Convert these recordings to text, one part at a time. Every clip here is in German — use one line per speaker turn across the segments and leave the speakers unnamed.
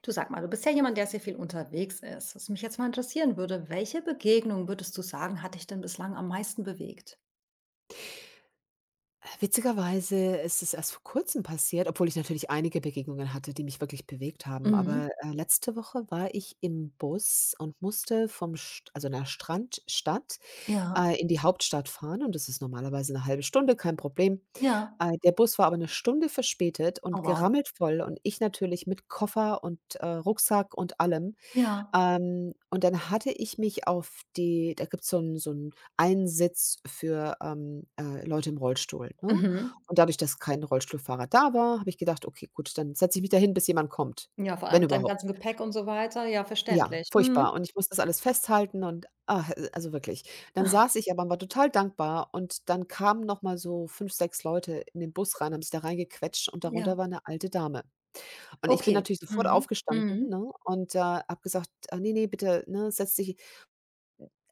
Du sag mal, du bist ja jemand, der sehr viel unterwegs ist. Was mich jetzt mal interessieren würde, welche Begegnung würdest du sagen, hat dich denn bislang am meisten bewegt?
Witzigerweise ist es erst vor Kurzem passiert, obwohl ich natürlich einige Begegnungen hatte, die mich wirklich bewegt haben.
Mhm.
Aber, letzte Woche war ich im Bus und musste vom St also einer Strandstadt,
Ja,
in die Hauptstadt fahren, und das ist normalerweise eine halbe Stunde, kein Problem.
ja.
Der Bus war aber eine Stunde verspätet
Oh
und
wow.
gerammelt voll, und ich natürlich mit Koffer und, Rucksack und allem.
Ja.
Und dann hatte ich mich auf die da gibt's so einen so 'n einen Sitz für, Leute im Rollstuhl, ne?
Mhm.
Und dadurch, dass kein Rollstuhlfahrer da war, habe ich gedacht: „Okay, gut, dann setze ich mich da hin, bis jemand kommt,
Ja, vor allem
wenn
mit deinem
überhaupt."
ganzen Gepäck und so weiter. Ja,
Ja,
verständlich.
furchtbar. Und
Mhm.
ich musste das alles festhalten und, also wirklich. Dann saß ich aber und war total dankbar, und dann kamen noch mal so 5 6 Leute in den Bus rein, haben sich da reingequetscht, und
Ja.
darunter war eine alte Dame. Und ich bin
Okay.
natürlich sofort
Mhm.
aufgestanden,
Mhm.
ne, und, habe gesagt: „Ah, nee, ne, bitte, ne, setz dich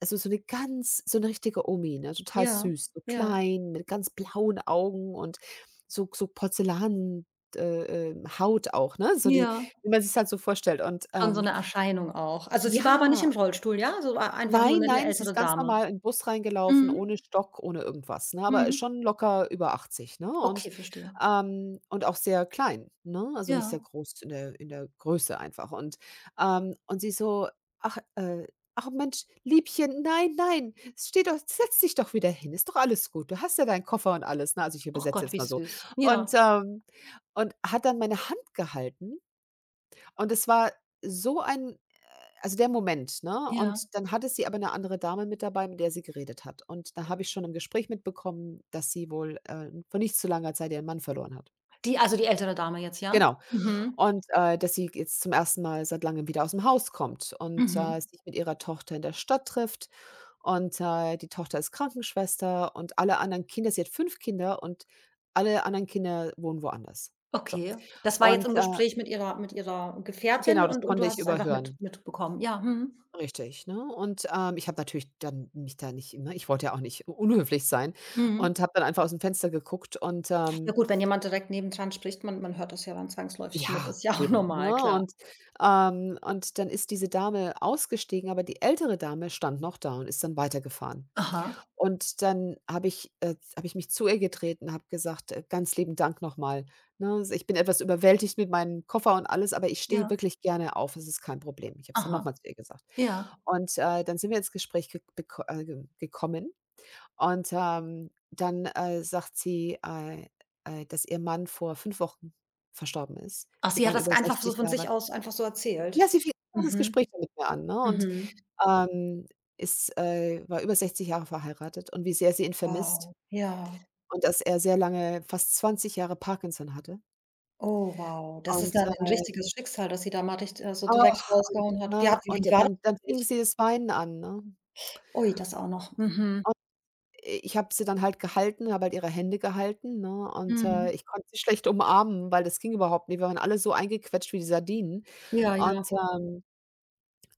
so eine ganz so eine richtige Omi, ne, total
Ja,
süß, so
ja.
klein, mit ganz blauen Augen und so Porzellan Haut auch, ne? So die
Ja.
Wie man sich halt so vorstellt, und,
Schon so eine Erscheinung auch. Also, sie war aber nicht
ja.
im Rollstuhl, ja? So war einfach nur
Nein,
eine
nein, sie ist
ältere
ganz
Dame.
normal in 'n Bus reingelaufen,
Mhm.
ohne Stock, ohne irgendwas, ne? Aber
Mhm.
schon locker über 80, ne? Und,
Okay, verstehe.
auch sehr klein, ne? Also, nicht sehr
Ja.
groß in der Größe einfach. Und, sie so: „Ach, ach Mensch, Liebchen, nein, nein, steh doch setz dich doch wieder hin, ist doch alles gut. Du hast ja deinen Koffer und alles", ne? Also, ich
Ach
übersetze
Gott, wie
jetzt mal so.
süß.
Und,
Ja,
hat dann meine Hand gehalten, und es war so ein also der Moment, ne?
ja.
Und dann hatte sie aber eine andere Dame mit dabei, mit der sie geredet hat. Und da habe ich schon im Gespräch mitbekommen, dass sie wohl, vor nicht zu langer Zeit ihren Mann verloren hat.
Die, also die ältere Dame jetzt, ja?
Genau.
Mhm.
Und, dass sie jetzt zum ersten Mal seit Langem wieder aus dem Haus kommt und,
Mhm.
sich mit ihrer Tochter in der Stadt trifft. Und, die Tochter ist Krankenschwester, und alle anderen Kinder sie hat fünf Kinder, und alle anderen Kinder wohnen woanders. So.
Okay. Das war jetzt
Und,
im Gespräch mit ihrer Gefährtin
genau, das
und du
konnte
hast
ich
es einfach mit
überhören.
mitbekommen. Ja, mhm.
Richtig, ne? Und, ich habe natürlich dann mich da nicht ne, ich wollte ja auch nicht u unhöflich sein
Mhm.
und habe dann einfach aus dem Fenster geguckt, und,
Ja gut, wenn jemand direkt nebendran spricht, man hört das ja dann zwangsläufig mit.
ja,
Ist ja auch
eben, ne?
normal, klar.
Und, dann ist diese Dame ausgestiegen, aber die ältere Dame stand noch da und ist dann weitergefahren.
Aha,
Und dann habe ich mich zu ihr getreten, habe gesagt: Ganz lieben Dank nochmal. Ne? S Ich bin etwas überwältigt mit meinem Koffer und alles, aber ich stehe
ja,
wirklich gerne auf. Es ist kein Problem." Ich habe es dann nochmal
aha,
zu ihr gesagt.
ja.
Und, dann sind wir ins Gespräch ge beko ge gekommen, und, dann, sagt sie, dass ihr Mann vor 5 Wochen verstorben ist.
Ach,
Die
sie hat
waren
das
über
einfach so
sechzig
von sich
Jahre
aus einfach so
Ja,
erzählt?
sie fing das
Mhm,
Gespräch dann mit mir an, ne? Und
mhm.
ähm, ist war über 60 Jahre verheiratet, und wie sehr sie ihn vermisst,
Wow, ja.
und dass er sehr lange, fast 20 Jahre Parkinson hatte.
Oh, wow. Das ist
Und,
dann 'n richtiges Schicksal, dass sie da mal richt so direkt
ach, und
rausgehauen hat. Ja, wie
ne,
hat
und
wie war das
dann
für
fing
dich?
sie das Weinen an, ne?
Ui, das auch noch. Mhm.
Ich habe sie dann halt gehalten, habe halt ihre Hände gehalten, ne, und,
Mhm.
ich konnte sie schlecht umarmen, weil das ging überhaupt nicht. Wir waren alle so eingequetscht wie die Sardinen,
Ja, ja.
und, ähm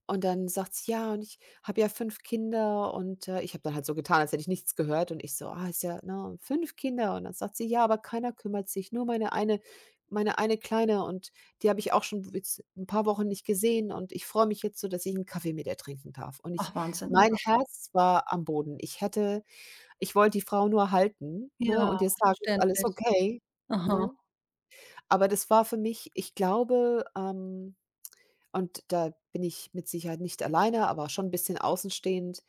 Und dann sagt sie: „Ja, und ich habe ja 5 Kinder", und, ich habe dann halt so getan, als hätte ich nichts gehört, und ich so: „Ah, ist ja, ne, fünf Kinder", und dann sagt sie: „Ja, aber keiner kümmert sich, nur meine eine Kleine, und die habe ich auch schon jetzt ein paar Wochen nicht gesehen, und ich freue mich jetzt so, dass ich einen Kaffee mit ihr trinken darf." Und ich
Ach, Wahnsinn.
Mein
Ja,
Herz war am Boden. Ich wollte die Frau nur halten, ne,
ja,
und ihr sagen: „Ist alles
verständlich.
okay",
Aha.
ne? Aber das war für mich, ich glaube, und da bin ich mit Sicherheit nicht alleine, aber schon ein bisschen außenstehend,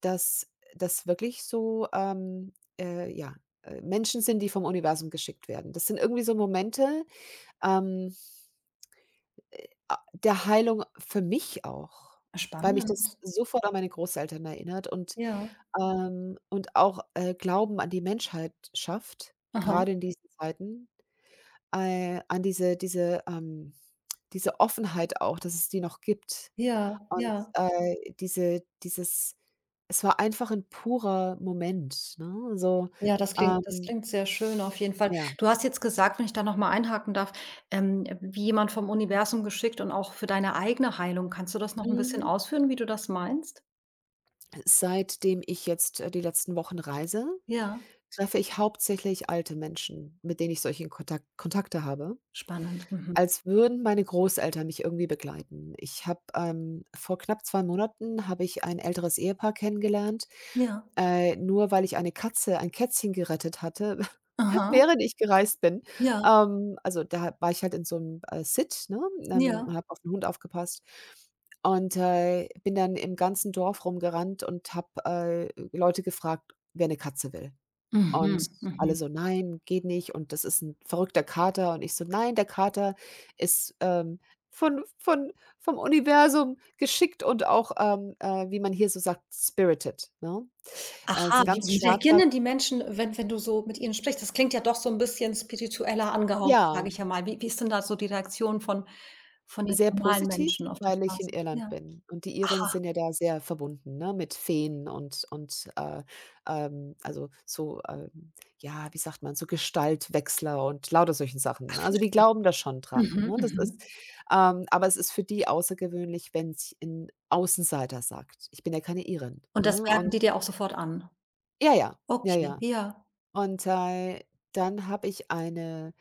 dass das wirklich so, ja, Menschen sind, die vom Universum geschickt werden. Das sind irgendwie so Momente, ähm, a der Heilung für mich auch, weil mich
Spannend.
das sofort an meine Großeltern erinnert, und,
Ja.
und auch, Glauben an die Menschheit schafft,
Aha.
gerade in diesen Zeiten, an diese Offenheit auch, dass es die noch gibt.
Ja,
Und,
ja.
dieses, es war einfach ein purer Moment, ne? Also,
Ja, das
ähm,
klingt sehr schön auf jeden Fall.
ja.
Du hast jetzt gesagt, wenn ich da noch mal einhaken darf, wie jemand vom Universum geschickt und auch für deine eigene Heilung. Kannst du das noch 'n bisschen
Mhm.
ausführen, wie du das meinst?
Seitdem ich jetzt, die letzten Wochen reise,
Ja,
treffe ich hauptsächlich alte Menschen, mit denen ich solche Kontakte habe,
spannend. Mhm.
als würden meine Großeltern mich irgendwie begleiten. Ich habe, vor knapp 2 Monaten habe ich ein älteres Ehepaar kennengelernt,
Ja.
nur weil ich ein Kätzchen gerettet hatte.
Aha.
Während ich gereist bin.
Ja,
Also, da war ich halt in so 'nem, Sit, ne, und
ja.
habe auf 'n Hund aufgepasst, und, bin dann im ganzen Dorf rumgerannt und habe, Leute gefragt, wer 'ne Katze will. Und
Mhm,
alle
mhm.
so: „Nein, geht nicht, und das ist 'n verrückter Kater." Und ich so: „Nein, der Kater ist, von vom Universum geschickt und auch, wie man hier so sagt, spirited", ne? Ist
Aha,
'n
wie
ganz
wie reagieren
schwarzer.
denn die Menschen, wenn wenn du so mit ihnen sprichst? Das klingt ja doch so ein bisschen spiritueller angehaucht,
Ja.
sage ich ja mal. Wie wie ist denn da so die Reaktion von jetzt
Sehr
normalen
positiv,
Menschen auf der
weil ich in
Straße?
Irland
Ja.
bin, und die Iren
Aha,
sind ja da sehr verbunden, ne, mit Feen und also, so, ja, wie sagt man, so Gestaltwechsler und lauter solchen Sachen, ne? Also, die
verstehe.
glauben da schon dran,
Mhm,
ne? Das ist
mhm.
Aber es ist für die außergewöhnlich, wenn wenn's ein Außenseiter sagt. Ich bin ja keine Irin,
Und das
ne?
merken
Und
die dir auch sofort an?
ja, ja, ja,
Okay,
ja.
ja.
Und, dann habe ich eine,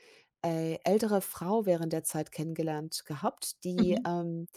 ältere Frau während der Zeit kennengelernt gehabt, die,
Mhm.
ähm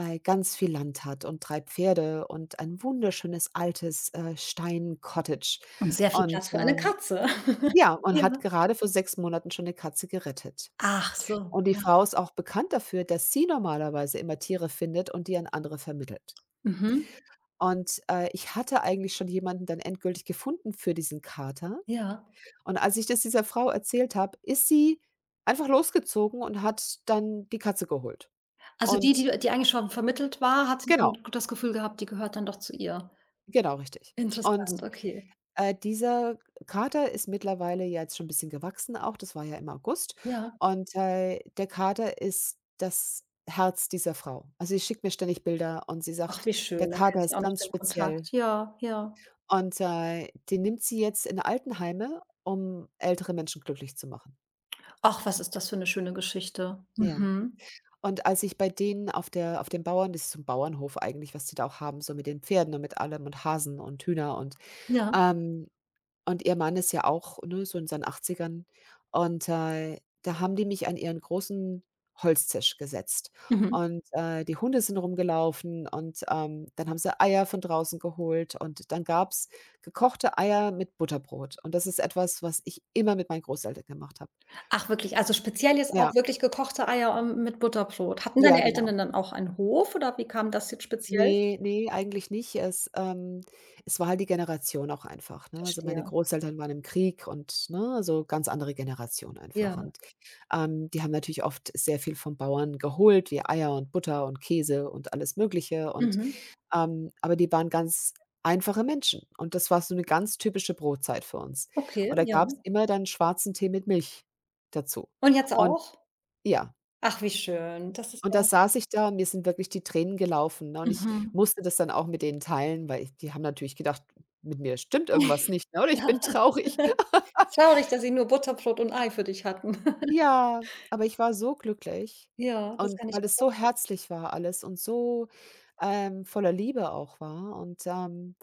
äh, ganz viel Land hat und 3 Pferde und ein wunderschönes altes, Stein-Cottage.
Und sehr viel
Und,
Platz für eine Katze.
ja, und
Ja.
hat gerade vor 6 Monaten schon eine Katze gerettet.
Ach so,
Und die
ja.
Frau ist auch bekannt dafür, dass sie normalerweise immer Tiere findet und die an andere vermittelt.
Mhm.
Und, ich hatte eigentlich schon jemanden dann endgültig gefunden für diesen Kater.
Ja.
Und als ich das dieser Frau erzählt habe, ist sie einfach losgezogen und hat dann die Katze geholt.
Also die,
Und
die eigentlich schon vermittelt war, hat sie dann
genau,
das Gefühl gehabt, die gehört dann doch zu ihr.
genau, richtig. Und
Interessant, okay.
Dieser Kater ist mittlerweile ja jetzt schon ein bisschen gewachsen auch, das war ja im August.
Ja.
Und, der Kater ist das Herz dieser Frau. Also, sie schickt mir ständig Bilder, und sie
Ach,
sagt:
wie
„Der
schön, dann hält
Kater
sich
ist
auch noch
ganz
den
speziell."
Kontakt. Ja, ja.
Und, den nimmt sie jetzt in Altenheime, um ältere Menschen glücklich zu machen.
Ach, was ist das für 'ne schöne Geschichte.
Ja.
Mhm.
Und als ich bei denen auf dem Bauern, das ist so 'n Bauernhof eigentlich, was die da auch haben, so mit den Pferden und mit allem und Hasen und Hühner und,
Ja.
ähm und ihr Mann ist ja auch, ne, so in seinen Achtzigern, und, da haben die mich an ihren großen Holztisch gesetzt.
Mhm.
Und, die Hunde sind rumgelaufen, und, dann haben sie Eier von draußen geholt, und dann gab's gekochte Eier mit Butterbrot. Und das ist etwas, was ich immer mit meinen Großeltern gemacht habe.
Ach wirklich, also speziell jetzt
Ja,
auch wirklich gekochte Eier, mit Butterbrot. Hatten deine
ja,
Eltern
genau.
denn dann auch einen Hof oder wie kam das jetzt speziell?
Ne, ne, eigentlich nicht. Es war halt die Generation auch einfach, ne? Also, meine
Verstehe.
Großeltern waren im Krieg, und, ne, so ganz andere Generation
Ja.
einfach. Und, die haben natürlich oft sehr viel vom Bauern geholt, wie Eier und Butter und Käse und alles Mögliche, und,
Mhm.
aber die waren ganz einfache Menschen, und das war so 'ne ganz typische Brotzeit für uns.
Okay,
Und da
ja.
gab's immer dann schwarzen Tee mit Milch dazu.
Und jetzt
Und
auch?
ja,
Ach, wie schön. Das ist
und
ja
da saß ich da, und mir sind wirklich die Tränen gelaufen, ne? Und ich
mhm.
musste das dann auch mit denen teilen, weil ich die haben natürlich gedacht, mit mir stimmt irgendwas nicht, ne, oder ich bin
Ja,
traurig.
traurig, dass sie nur Butterbrot und Ei für dich hatten.
Ja, aber ich war so glücklich,
Ja, das
und
kann ich
weil
mir
es so
vorstellen.
herzlich war alles und so, voller Liebe auch war,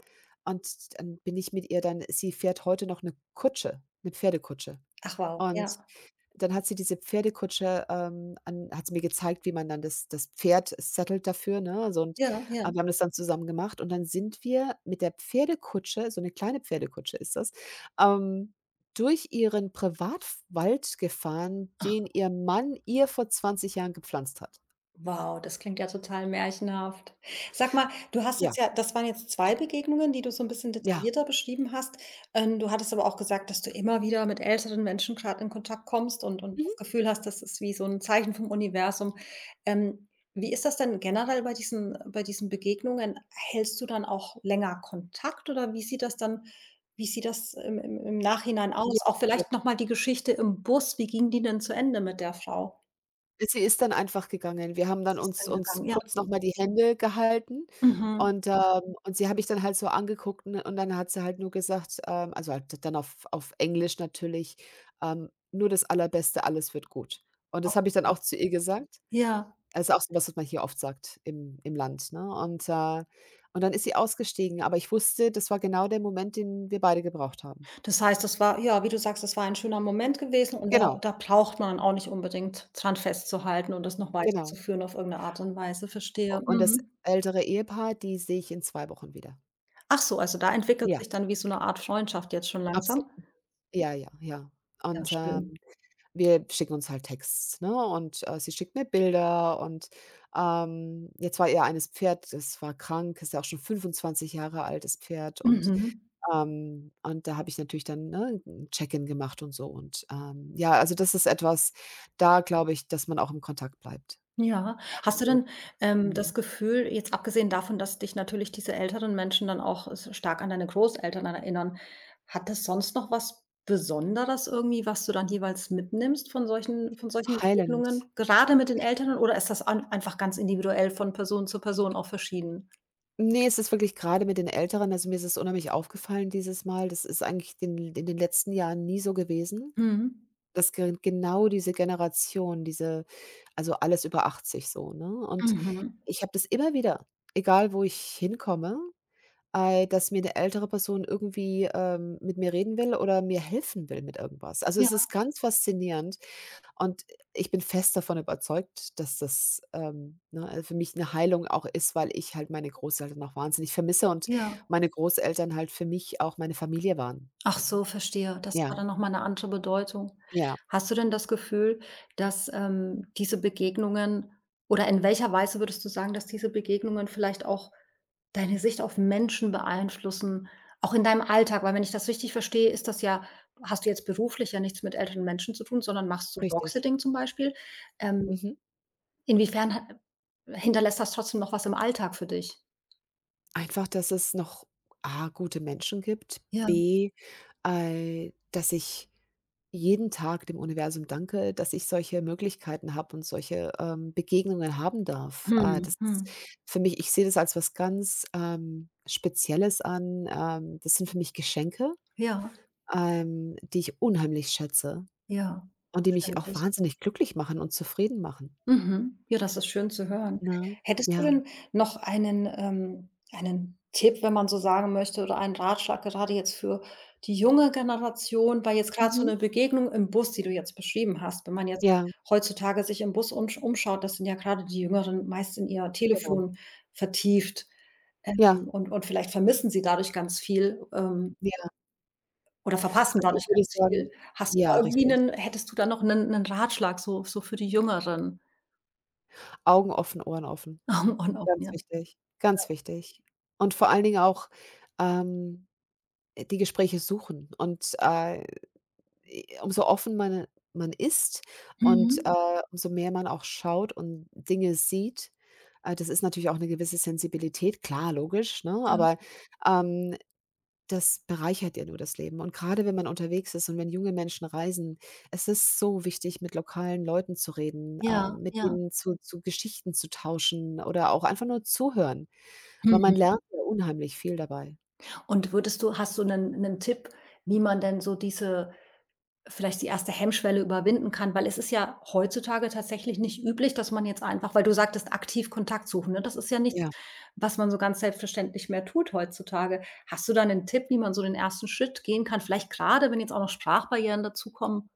und dann bin ich mit ihr dann sie fährt heute noch 'ne Kutsche, 'ne Pferdekutsche,
Ach wow,
und
ja.
dann hat sie diese Pferdekutsche, an hat sie mir gezeigt, wie man dann das Pferd sattelt dafür, ne? Also, und
Ja, ja.
wir haben das dann zusammen gemacht, und dann sind wir mit der Pferdekutsche so eine kleine Pferdekutsche ist das, ähm, durch ihren Privatwald gefahren, den ihr Mann ihr vor 20 Jahren gepflanzt hat.
Wow, das klingt ja total märchenhaft. Sag mal, du hast jetzt
Ja,
ja das waren jetzt 2 Begegnungen, die du so ein bisschen
ja.
detaillierter beschrieben hast. Du hattest aber auch gesagt, dass du immer wieder mit älteren Menschen gerade in Kontakt kommst und
Mhm.
das Gefühl hast, das ist wie so ein Zeichen vom Universum. Wie ist das denn generell bei diesen Begegnungen? Hältst du dann auch länger Kontakt oder wie sieht das dann wie sieht das im Nachhinein
Ja.
aus? Auch vielleicht noch mal die Geschichte im Bus, wie ging die denn zu Ende mit der Frau?
Sie ist dann einfach gegangen. Wir haben dann
Wie ist es
uns
denn gegangen?
uns
Ja.
kurz noch mal die Hände gehalten
Mhm.
und sie hat mich dann halt so angeguckt, ne, und dann hat sie halt nur gesagt, also halt d dann auf Englisch natürlich, „Nur das Allerbeste, alles wird gut.“ Und das habe ich dann
Okay.
auch zu ihr gesagt.
Ja,
Also, auch so was, was man hier oft sagt im im Land, ne? Und dann ist sie ausgestiegen, aber ich wusste, das war genau der Moment, den wir beide gebraucht haben.
das heißt, das war ja, wie du sagst, das war ein schöner Moment gewesen und da
Genau,
da braucht man auch nicht unbedingt dran festzuhalten und das noch
genau.
weiterzuführen auf irgendeine Art und Weise,
U
verstehe.
und das
Mhm.
ältere Ehepaar, die sehe ich in 2 Wochen wieder.
Ach so, also da entwickelt
Ja,
sich dann wie so eine Art Freundschaft jetzt schon
absolut.
langsam?
Ja, ja, ja.
Ja,
Und,
schön.
ähm, Wir schicken uns halt Texts, ne, und, sie schickt mir Bilder und, jetzt war ihr eines Pferd, das war krank, ist ja auch schon 25 Jahre alt, das Pferd und,
Mhm.
ähm und da habe ich natürlich dann, ne, 'n Check-in gemacht und so und ja, also das ist etwas, da glaube ich, dass man auch im Kontakt bleibt.
Ja. Hast du
Also,
denn, das
mhm,
Gefühl, jetzt abgesehen davon, dass dich natürlich diese älteren Menschen dann auch s stark an deine Großeltern erinnern, hat das sonst noch was Besonderes irgendwie, was du dann jeweils mitnimmst von solchen
heilend.
Begegnungen, gerade mit den Eltern oder ist das an einfach ganz individuell von Person zu Person auch verschieden?
Ne, es ist wirklich gerade mit den Älteren, also mir ist es unheimlich aufgefallen dieses Mal. Das ist eigentlich den in den letzten Jahren nie so gewesen.
Mhm.
Das genau diese Generation, diese, also alles über 80 so, ne? Und
Mhm.
ich habe das immer wieder, egal wo ich hinkomme, dass mir eine ältere Person irgendwie, mit mir reden will oder mir helfen will mit irgendwas. Also,
Ja,
es ist ganz faszinierend und ich bin fest davon überzeugt, dass das, für mich eine Heilung auch ist, weil ich halt meine Großeltern auch wahnsinnig vermisse und
ja.
meine Großeltern halt für mich auch meine Familie waren,
Ach
ne?
so, verstehe. Das war
Ja,
dann noch mal 'ne andere Bedeutung.
ja,
Hast du denn das Gefühl, dass, diese Begegnungen oder in welcher Weise würdest du sagen, dass diese Begegnungen vielleicht auch deine Sicht auf Menschen beeinflussen, auch in deinem Alltag? Weil wenn ich das richtig verstehe, ist das ja hast du jetzt beruflich ja nichts mit älteren Menschen zu tun, sondern machst so
richtig.
Dogsitting zum Beispiel. Ähm,
Mhm.
inwiefern ha hinterlässt das trotzdem noch was im Alltag für dich?
Einfach, dass es noch A, gute Menschen gibt,
Ja.
B, dass ich jeden Tag dem Universum danke, dass ich solche Möglichkeiten habe und solche, Begegnungen haben darf.
Mhm,
Das ist
mhm.
für mich, ich sehe das als was ganz, Spezielles an. Das sind für mich Geschenke,
Ja,
die ich unheimlich schätze
ja.
und die mich auch
Verständlich.
wahnsinnig glücklich machen und zufrieden machen,
Mhm. Ja, das ist schön zu hören.
ne?
Hättest du
Ja.
denn noch einen, einen Tipp, wenn man so sagen möchte, oder einen Ratschlag gerade jetzt für die junge Generation, weil jetzt gerade so
Mhm.
eine Begegnung im Bus, die du jetzt beschrieben hast wenn man jetzt
Ja,
heutzutage sich im Bus umsch umschaut, das sind ja gerade die Jüngeren meist in ihr
genau.
Telefon vertieft, ähm,
Ja,
und vielleicht vermissen sie dadurch ganz viel,
ja.
oder verpassen
Also,
dadurch
ich würde
ganz viel.
sagen,
Hast du da
ja,
irgendwie
richtig.
'nen hättest du da noch einen 'nen Ratschlag so so für die Jüngeren?
Augen offen, Ohren offen.
Und,
Ganz wichtig, ganz wichtig. Und vor allen Dingen auch, ähm, die Gespräche suchen und umso offen man ist und,
mhm.
äh, umso mehr man auch schaut und Dinge sieht, das ist natürlich auch eine gewisse Sensibilität, klar, logisch, ne?
Ja,
Aber, ähm, das bereichert ja nur das Leben. Und gerade wenn man unterwegs ist und wenn junge Menschen reisen, es ist so wichtig, mit lokalen Leuten zu reden,
ja,
mit
ja.
ihnen zu Geschichten zu tauschen oder auch einfach nur zuhören, weil
Mhm.
man lernt ja unheimlich viel dabei.
Und würdest du hast du einen 'nen Tipp, wie man denn so diese vielleicht die erste Hemmschwelle überwinden kann? Weil es ist ja heutzutage tatsächlich nicht üblich, dass man jetzt einfach weil du sagtest, aktiv Kontakt suchen, ne? Das ist ja nichts,
Ja.
was man so ganz selbstverständlich mehr tut heutzutage. Hast du da einen Tipp, wie man so den ersten Schritt gehen kann? Vielleicht gerade, wenn jetzt auch noch Sprachbarrieren dazukommen?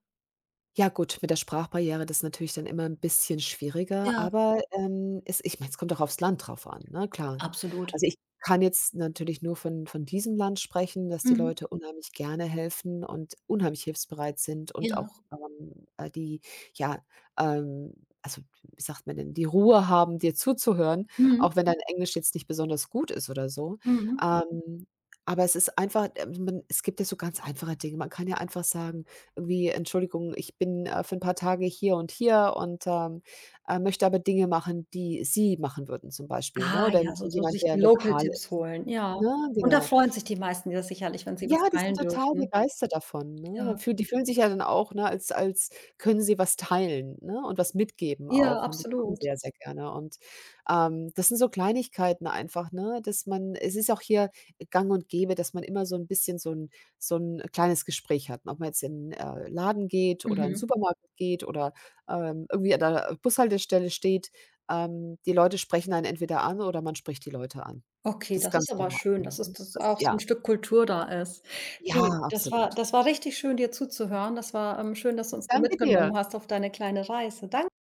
Ja gut, mit der Sprachbarriere, das ist natürlich dann immer 'n bisschen schwieriger,
Ja.
aber, es ich meine, es kommt auch aufs Land drauf an, ne, klar.
Absolut.
Also, ich kann jetzt natürlich nur von diesem Land sprechen, dass die
Mhm.
Leute unheimlich gerne helfen und unheimlich hilfsbereit sind und
Ja.
auch, die ja, ähm, also, wie sagt man denn, die Ruhe haben, dir zuzuhören,
Mhm.
auch wenn dein Englisch jetzt nicht besonders gut ist oder so.
Mhm.
Ähm, aber es ist einfach man, es gibt ja so ganz einfache Dinge. Man kann ja einfach sagen: irgendwie: „Entschuldigung, ich bin, für ein paar Tage hier und hier und, möchte aber Dinge machen, die Sie machen würden“, zum Beispiel, ne?
Ah
Oder
ja, so so
jemand,
sich
der
die Local
lokal ist,
Tipps holen, ja.
ne?
Und da
Genau.
freuen sich die meisten ja sicherlich, wenn sie was
Ja, die sind
teilen
total
dürfen.
begeistert davon, ne? Dann
Ja,
fühlen sich ja dann auch, ne, als als können sie was teilen, ne, und was mitgeben
ja,
auch und das machen
absolut.
sie ja sehr gerne und das sind so Kleinigkeiten einfach, ne, dass man, es ist auch hier gang und gäbe, dass man immer so 'n bisschen so 'n kleines Gespräch hat, ne? Ob man jetzt in, Laden geht oder in 'n
Mhm.
Supermarkt geht oder, irgendwie an der Bushaltestelle steht. Die Leute sprechen einen entweder an oder man spricht die Leute an.
Okay,
Das ist
das ist
ganz
aber
normal.
schön,
Mhm.
dass es dass
Das ist
auch so 'n
ja.
Stück Kultur da ist.
Ja,
Du,
absolut.
das war richtig schön, dir zuzuhören. Das war, schön, dass du uns da
Danke dir.
mitgenommen hast auf deine kleine Reise. Danke.